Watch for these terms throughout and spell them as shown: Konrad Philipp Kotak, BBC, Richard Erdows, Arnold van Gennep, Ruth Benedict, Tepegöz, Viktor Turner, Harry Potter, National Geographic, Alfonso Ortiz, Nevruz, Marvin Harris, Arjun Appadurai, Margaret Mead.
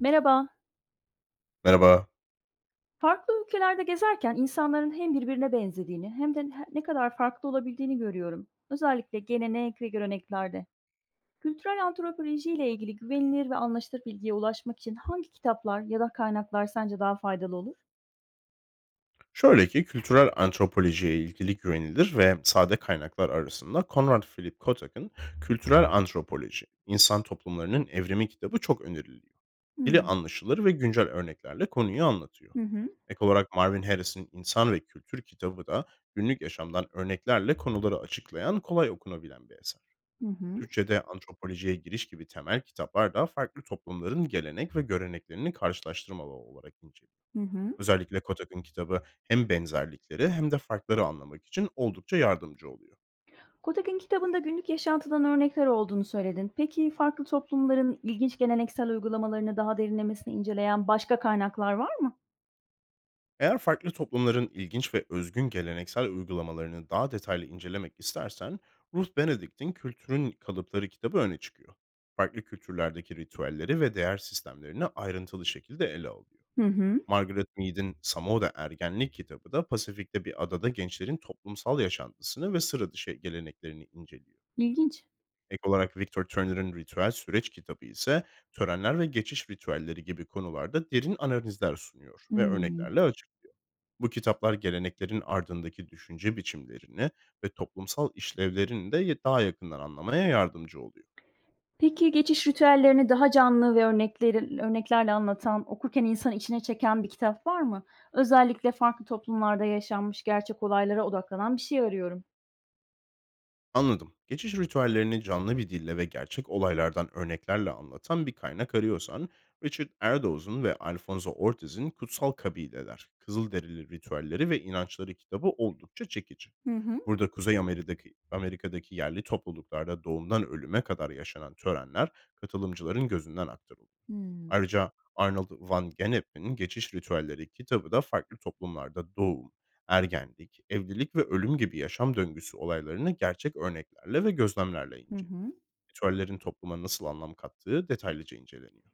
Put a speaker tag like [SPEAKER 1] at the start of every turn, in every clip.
[SPEAKER 1] Merhaba.
[SPEAKER 2] Merhaba.
[SPEAKER 1] Farklı ülkelerde gezerken insanların hem birbirine benzediğini hem de ne kadar farklı olabildiğini görüyorum. Özellikle gelenek ve göreneklerde. Kültürel antropoloji ile ilgili güvenilir ve anlaşılır bilgiye ulaşmak için hangi kitaplar ya da kaynaklar sence daha faydalı olur?
[SPEAKER 2] Şöyle ki kültürel antropolojiye ilgili güvenilir ve sade kaynaklar arasında Konrad Philipp Kotak'ın Kültürel Antropoloji, İnsan Toplumlarının Evrimi kitabı çok öneriliyor. Dili
[SPEAKER 1] Hmm.
[SPEAKER 2] anlaşılır ve güncel örneklerle konuyu anlatıyor.
[SPEAKER 1] Hı hı.
[SPEAKER 2] Ek olarak Marvin Harris'in İnsan ve Kültür kitabı da günlük yaşamdan örneklerle konuları açıklayan, kolay okunabilen bir eser.
[SPEAKER 1] Hı hı.
[SPEAKER 2] Türkçe'de antropolojiye giriş gibi temel kitaplar da farklı toplumların gelenek ve göreneklerini karşılaştırmalı olarak inceliyor.
[SPEAKER 1] Hı hı.
[SPEAKER 2] Özellikle Kotak'ın kitabı hem benzerlikleri hem de farkları anlamak için oldukça yardımcı oluyor.
[SPEAKER 1] Kotok'un kitabında günlük yaşantıdan örnekler olduğunu söyledin. Peki farklı toplumların ilginç geleneksel uygulamalarını daha derinlemesine inceleyen başka kaynaklar var mı?
[SPEAKER 2] Eğer farklı toplumların ilginç ve özgün geleneksel uygulamalarını daha detaylı incelemek istersen, Ruth Benedict'in Kültürün Kalıpları kitabı öne çıkıyor. Farklı kültürlerdeki ritüelleri ve değer sistemlerini ayrıntılı şekilde ele alıyor.
[SPEAKER 1] Hı hı.
[SPEAKER 2] Margaret Mead'in Samoa'da Ergenlik kitabı da Pasifik'te bir adada gençlerin toplumsal yaşantısını ve sıra dışı geleneklerini inceliyor.
[SPEAKER 1] İlginç.
[SPEAKER 2] Ek olarak Viktor Turner'ın ritüel süreç kitabı ise törenler ve geçiş ritüelleri gibi konularda derin analizler sunuyor ve
[SPEAKER 1] Hmm.
[SPEAKER 2] örneklerle açık. Bu kitaplar geleneklerin ardındaki düşünce biçimlerini ve toplumsal işlevlerini de daha yakından anlamaya yardımcı oluyor.
[SPEAKER 1] Peki, geçiş ritüellerini daha canlı ve örneklerle anlatan, okurken insanı içine çeken bir kitap var mı? Özellikle farklı toplumlarda yaşanmış gerçek olaylara odaklanan bir şey arıyorum.
[SPEAKER 2] Anladım. Geçiş ritüellerini canlı bir dille ve gerçek olaylardan örneklerle anlatan bir kaynak arıyorsan, Richard Erdows'un ve Alfonso Ortiz'in Kutsal Kabileler, Kızılderili Ritüelleri ve İnançları kitabı oldukça çekici.
[SPEAKER 1] Hı hı.
[SPEAKER 2] Burada Amerika'daki yerli topluluklarda doğumdan ölüme kadar yaşanan törenler katılımcıların gözünden aktarılıyor.
[SPEAKER 1] Hımm.
[SPEAKER 2] Ayrıca Arnold van Gennep'in Geçiş Ritüelleri kitabı da farklı toplumlarda doğum, ergenlik, evlilik ve ölüm gibi yaşam döngüsü olaylarını gerçek örneklerle ve gözlemlerle
[SPEAKER 1] Hı
[SPEAKER 2] inceliyor.
[SPEAKER 1] hı.
[SPEAKER 2] Ritüellerin topluma nasıl anlam kattığı detaylıca inceleniyor.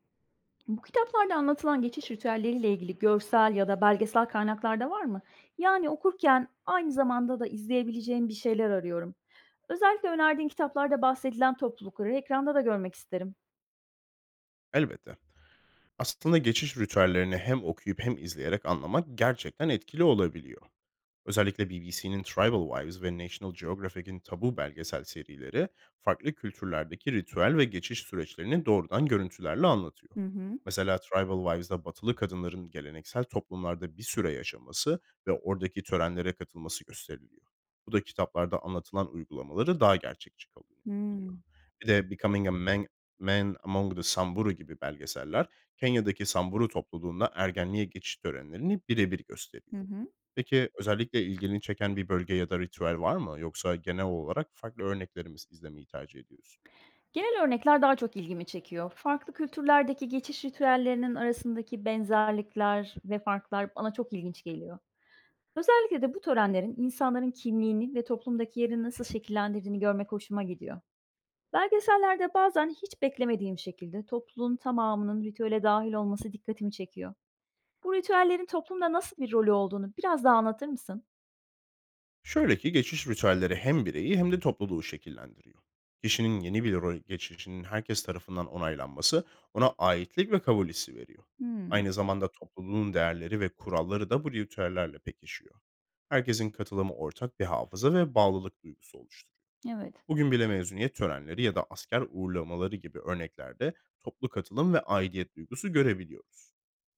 [SPEAKER 1] Bu kitaplarda anlatılan geçiş ritüelleriyle ilgili görsel ya da belgesel kaynaklarda var mı? Yani okurken aynı zamanda da izleyebileceğim bir şeyler arıyorum. Özellikle önerdiğin kitaplarda bahsedilen toplulukları ekranda da görmek isterim.
[SPEAKER 2] Elbette. Aslında geçiş ritüellerini hem okuyup hem izleyerek anlamak gerçekten etkili olabiliyor. Özellikle BBC'nin Tribal Wives ve National Geographic'in Tabu belgesel serileri farklı kültürlerdeki ritüel ve geçiş süreçlerini doğrudan görüntülerle anlatıyor.
[SPEAKER 1] Hı hı.
[SPEAKER 2] Mesela Tribal Wives'da batılı kadınların geleneksel toplumlarda bir süre yaşaması ve oradaki törenlere katılması gösteriliyor. Bu da kitaplarda anlatılan uygulamaları daha gerçekçi kalıyor.
[SPEAKER 1] Hımm.
[SPEAKER 2] Bir de Becoming a Man, Man Among the Samburu gibi belgeseller Kenya'daki Samburu topluluğunda ergenliğe geçiş törenlerini birebir
[SPEAKER 1] Hı
[SPEAKER 2] gösteriyor.
[SPEAKER 1] hı.
[SPEAKER 2] Peki, özellikle ilgini çeken bir bölge ya da ritüel var mı? Yoksa genel olarak farklı örneklerimiz izlemeyi tercih ediyorsun.
[SPEAKER 1] Genel örnekler daha çok ilgimi çekiyor. Farklı kültürlerdeki geçiş ritüellerinin arasındaki benzerlikler ve farklar bana çok ilginç geliyor. Özellikle de bu törenlerin insanların kimliğini ve toplumdaki yerini nasıl şekillendirdiğini görmek hoşuma gidiyor. Belgesellerde bazen hiç beklemediğim şekilde toplumun tamamının ritüele dahil olması dikkatimi çekiyor. Bu ritüellerin toplumda nasıl bir rolü olduğunu biraz daha anlatır mısın?
[SPEAKER 2] Şöyle ki geçiş ritüelleri hem bireyi hem de topluluğu şekillendiriyor. Kişinin yeni bir role geçişinin herkes tarafından onaylanması ona aitlik ve kabul hissi veriyor.
[SPEAKER 1] Hmm.
[SPEAKER 2] Aynı zamanda topluluğun değerleri ve kuralları da bu ritüellerle pekişiyor. Herkesin katılımı ortak bir hafıza ve bağlılık duygusu oluşturuyor.
[SPEAKER 1] Evet.
[SPEAKER 2] Bugün bile mezuniyet törenleri ya da asker uğurlamaları gibi örneklerde toplu katılım ve aidiyet duygusu görebiliyoruz.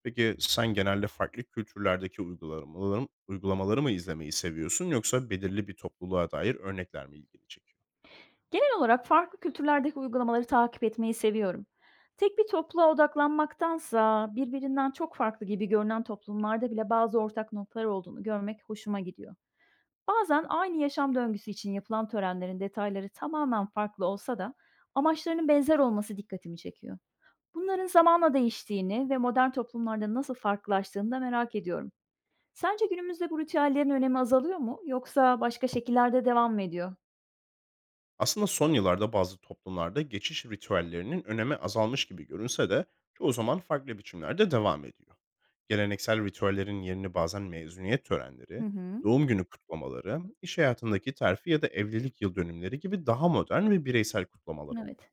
[SPEAKER 2] Peki sen genelde farklı kültürlerdeki uygulamaları mı izlemeyi seviyorsun, yoksa belirli bir topluluğa dair örnekler mi ilgini çekiyor?
[SPEAKER 1] Genel olarak farklı kültürlerdeki uygulamaları takip etmeyi seviyorum. Tek bir topluluğa odaklanmaktansa birbirinden çok farklı gibi görünen toplumlarda bile bazı ortak noktalar olduğunu görmek hoşuma gidiyor. Bazen aynı yaşam döngüsü için yapılan törenlerin detayları tamamen farklı olsa da amaçlarının benzer olması dikkatimi çekiyor. Bunların zamanla değiştiğini ve modern toplumlarda nasıl farklılaştığını da merak ediyorum. Sence günümüzde bu ritüellerin önemi azalıyor mu yoksa başka şekillerde devam mı ediyor?
[SPEAKER 2] Aslında son yıllarda bazı toplumlarda geçiş ritüellerinin önemi azalmış gibi görünse de çoğu zaman farklı biçimlerde devam ediyor. Geleneksel ritüellerin yerini bazen mezuniyet törenleri,
[SPEAKER 1] Hı hı.
[SPEAKER 2] doğum günü kutlamaları, iş hayatındaki terfi ya da evlilik yıl dönümleri gibi daha modern ve bireysel kutlamalar alıyor.
[SPEAKER 1] Evet.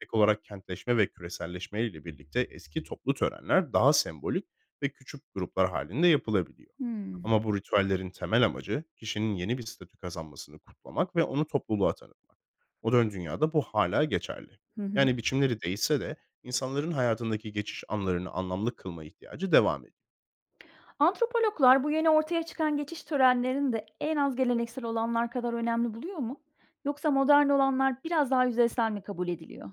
[SPEAKER 2] Ek olarak kentleşme ve küreselleşme ile birlikte eski toplu törenler daha sembolik ve küçük gruplar halinde yapılabiliyor.
[SPEAKER 1] Hmm.
[SPEAKER 2] Ama bu ritüellerin temel amacı kişinin yeni bir statü kazanmasını kutlamak ve onu topluluğa tanıtmak. Modern dünyada bu hala geçerli.
[SPEAKER 1] Hı hı.
[SPEAKER 2] Yani biçimleri değişse de insanların hayatındaki geçiş anlarını anlamlı kılma ihtiyacı devam ediyor.
[SPEAKER 1] Antropologlar bu yeni ortaya çıkan geçiş törenlerini de en az geleneksel olanlar kadar önemli buluyor mu? Yoksa modern olanlar biraz daha yüzeysel mi kabul ediliyor?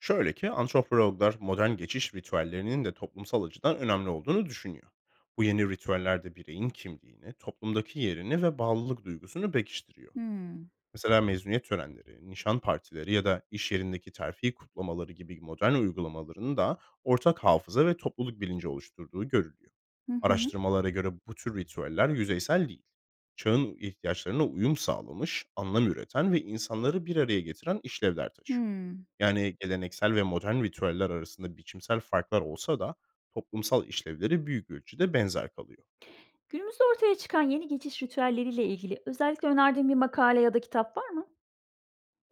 [SPEAKER 2] Şöyle ki antropologlar modern geçiş ritüellerinin de toplumsal açıdan önemli olduğunu düşünüyor. Bu yeni ritüellerde bireyin kimliğini, toplumdaki yerini ve bağlılık duygusunu pekiştiriyor.
[SPEAKER 1] Hmm.
[SPEAKER 2] Mesela mezuniyet törenleri, nişan partileri ya da iş yerindeki terfi kutlamaları gibi modern uygulamaların da ortak hafıza ve topluluk bilinci oluşturduğu görülüyor.
[SPEAKER 1] Hı hı.
[SPEAKER 2] Araştırmalara göre bu tür ritüeller yüzeysel değil. Çağın ihtiyaçlarına uyum sağlamış, anlam üreten ve insanları bir araya getiren işlevler taşıyor.
[SPEAKER 1] Hımm.
[SPEAKER 2] Yani, geleneksel ve modern ritüeller arasında biçimsel farklar olsa da toplumsal işlevleri büyük ölçüde benzer kalıyor.
[SPEAKER 1] Günümüzde ortaya çıkan yeni geçiş ritüelleriyle ilgili özellikle önerdiğin bir makale ya da kitap var mı?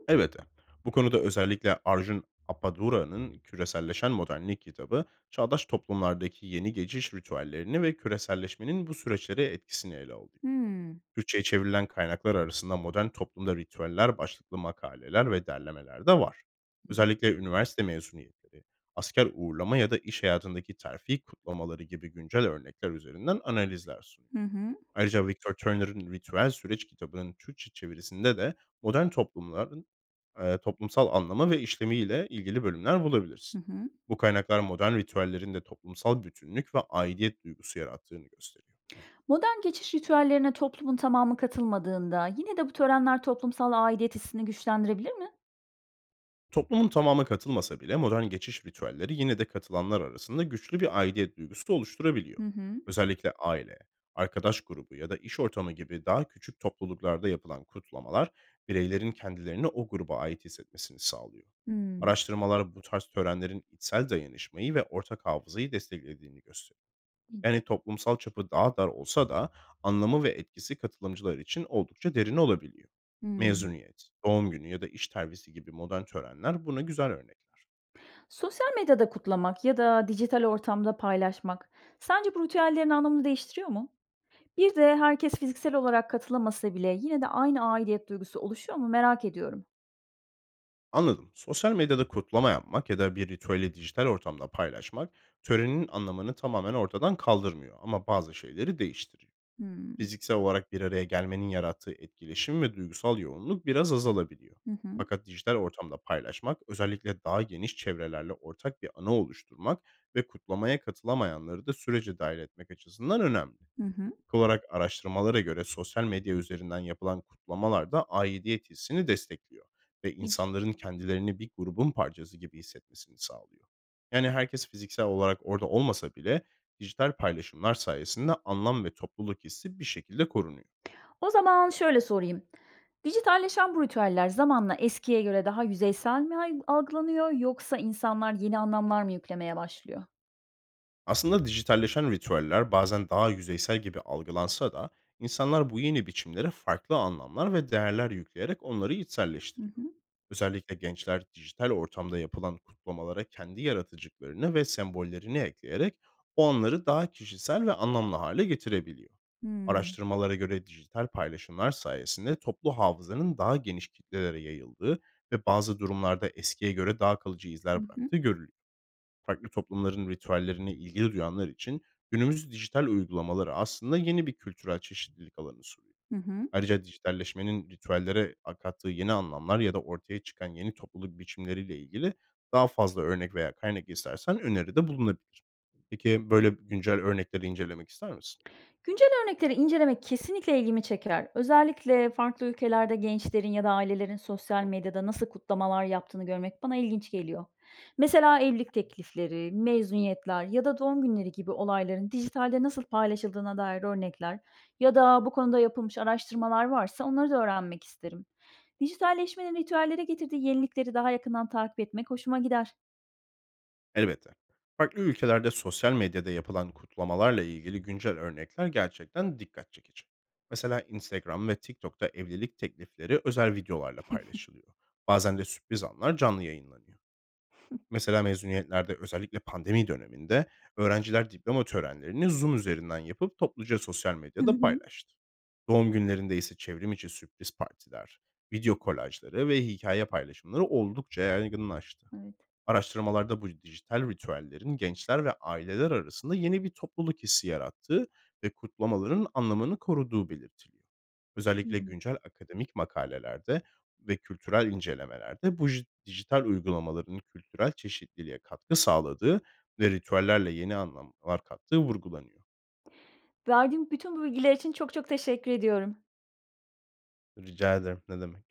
[SPEAKER 2] Elbette, bu konuda özellikle Arjun Apadura'nın "Küreselleşen Modernlik" kitabı, çağdaş toplumlardaki yeni geçiş ritüellerini ve küreselleşmenin bu süreçlere etkisini ele alıyor.
[SPEAKER 1] Hımm.
[SPEAKER 2] Türkçe'ye çevrilen kaynaklar arasında modern toplumda ritüeller başlıklı makaleler ve derlemeler de var. Özellikle üniversite mezuniyetleri, asker uğurlama ya da iş hayatındaki terfi kutlamaları gibi güncel örnekler üzerinden analizler sunuyor.
[SPEAKER 1] Hı hı.
[SPEAKER 2] Ayrıca Victor Turner'ın Ritüel Süreç kitabının Türkçe çevirisinde de modern toplumların toplumsal anlamı ve işlemiyle ilgili bölümler
[SPEAKER 1] Hı
[SPEAKER 2] bulabilirsin.
[SPEAKER 1] hı.
[SPEAKER 2] Bu kaynaklar modern ritüellerin de toplumsal bütünlük ve aidiyet duygusu yarattığını gösteriyor.
[SPEAKER 1] Modern geçiş ritüellerine toplumun tamamı katılmadığında yine de bu törenler toplumsal aidiyet hissini güçlendirebilir mi?
[SPEAKER 2] Toplumun tamamı katılmasa bile modern geçiş ritüelleri yine de katılanlar arasında güçlü bir aidiyet duygusu
[SPEAKER 1] Hı
[SPEAKER 2] oluşturabiliyor.
[SPEAKER 1] hı.
[SPEAKER 2] Özellikle aile, arkadaş grubu ya da iş ortamı gibi daha küçük topluluklarda yapılan kutlamalar bireylerin kendilerini o gruba ait hissetmesini sağlıyor.
[SPEAKER 1] Hımm.
[SPEAKER 2] Araştırmalar bu tarz törenlerin içsel dayanışmayı ve ortak hafızayı desteklediğini gösteriyor. Yani toplumsal çapı daha dar olsa da anlamı ve etkisi katılımcılar için oldukça derin olabiliyor.
[SPEAKER 1] Hımm.
[SPEAKER 2] Mezuniyet, doğum günü ya da iş tervisi gibi modern törenler buna güzel örnekler.
[SPEAKER 1] Sosyal medyada kutlamak ya da dijital ortamda paylaşmak sence bu ritüellerin anlamını değiştiriyor mu? Bir de herkes fiziksel olarak katılamasa bile yine de aynı aidiyet duygusu oluşuyor mu merak ediyorum.
[SPEAKER 2] Anladım. Sosyal medyada kutlama yapmak ya da bir ritüeli dijital ortamda paylaşmak törenin anlamını tamamen ortadan kaldırmıyor, ama bazı şeyleri değiştiriyor.
[SPEAKER 1] Hmm.
[SPEAKER 2] Fiziksel olarak bir araya gelmenin yarattığı etkileşim ve duygusal yoğunluk biraz azalabiliyor.
[SPEAKER 1] Hı hı.
[SPEAKER 2] Fakat dijital ortamda paylaşmak, özellikle daha geniş çevrelerle ortak bir ana oluşturmak ve kutlamaya katılamayanları da sürece dahil etmek açısından önemli
[SPEAKER 1] Hı hı.
[SPEAKER 2] olarak, araştırmalara göre sosyal medya üzerinden yapılan kutlamalar da aidiyet hissini destekliyor ve
[SPEAKER 1] İlginç.
[SPEAKER 2] insanların kendilerini bir grubun parçası gibi hissetmesini sağlıyor. Yani herkes fiziksel olarak orada olmasa bile dijital paylaşımlar sayesinde anlam ve topluluk hissi bir şekilde korunuyor.
[SPEAKER 1] O zaman şöyle sorayım. Dijitalleşen bu ritüeller zamanla eskiye göre daha yüzeysel mi algılanıyor yoksa insanlar yeni anlamlar mı yüklemeye başlıyor?
[SPEAKER 2] Aslında dijitalleşen ritüeller bazen daha yüzeysel gibi algılansa da insanlar bu yeni biçimlere farklı anlamlar ve değerler yükleyerek onları
[SPEAKER 1] Hı
[SPEAKER 2] içselleştiriyor.
[SPEAKER 1] hı.
[SPEAKER 2] Özellikle gençler dijital ortamda yapılan kutlamalara kendi yaratıcılıklarını ve sembollerini ekleyerek o anları daha kişisel ve anlamlı hale getirebiliyor.
[SPEAKER 1] Hmm.
[SPEAKER 2] Araştırmalara göre dijital paylaşımlar sayesinde toplu hafızanın daha geniş kitlelere yayıldığı ve bazı durumlarda eskiye göre daha kalıcı
[SPEAKER 1] Hı
[SPEAKER 2] izler
[SPEAKER 1] hı.
[SPEAKER 2] bıraktığı görülüyor. Farklı toplumların ritüellerine ilgi duyanlar için günümüz dijital uygulamaları aslında yeni bir kültürel çeşitlilik alanı sunuyor.
[SPEAKER 1] Hı hı.
[SPEAKER 2] Ayrıca dijitalleşmenin ritüellere kattığı yeni anlamlar ya da ortaya çıkan yeni topluluk biçimleriyle ilgili daha fazla örnek veya kaynak istersen öneride bulunabilir. Peki böyle güncel örnekleri incelemek ister misin?
[SPEAKER 1] Güncel örnekleri incelemek kesinlikle ilgimi çeker. Özellikle farklı ülkelerde gençlerin ya da ailelerin sosyal medyada nasıl kutlamalar yaptığını görmek bana ilginç geliyor. Mesela evlilik teklifleri, mezuniyetler ya da doğum günleri gibi olayların dijitalde nasıl paylaşıldığına dair örnekler ya da bu konuda yapılmış araştırmalar varsa onları da öğrenmek isterim. Dijitalleşmenin ritüellere getirdiği yenilikleri daha yakından takip etmek hoşuma gider.
[SPEAKER 2] Elbette. Farklı ülkelerde sosyal medyada yapılan kutlamalarla ilgili güncel örnekler gerçekten dikkat çekici. Mesela Instagram ve TikTok'ta evlilik teklifleri özel videolarla paylaşılıyor. Bazen de sürpriz anlar canlı yayınlanıyor. Mesela mezuniyetlerde, özellikle pandemi döneminde, öğrenciler diploma törenlerini Zoom üzerinden yapıp topluca sosyal
[SPEAKER 1] Hı
[SPEAKER 2] medyada
[SPEAKER 1] hı.
[SPEAKER 2] paylaştı. Doğum günlerinde ise çevrim içi sürpriz partiler, video kolajları ve hikaye paylaşımları oldukça yaygınlaştı.
[SPEAKER 1] Evet.
[SPEAKER 2] Araştırmalarda bu dijital ritüellerin gençler ve aileler arasında yeni bir topluluk hissi yarattığı ve kutlamaların anlamını koruduğu belirtiliyor. Özellikle güncel akademik makalelerde ve kültürel incelemelerde bu dijital uygulamaların kültürel çeşitliliğe katkı sağladığı ve ritüellerle yeni anlamlar kattığı vurgulanıyor.
[SPEAKER 1] Verdiğim bütün bu bilgiler için çok çok teşekkür ediyorum.
[SPEAKER 2] Rica ederim. Ne demek.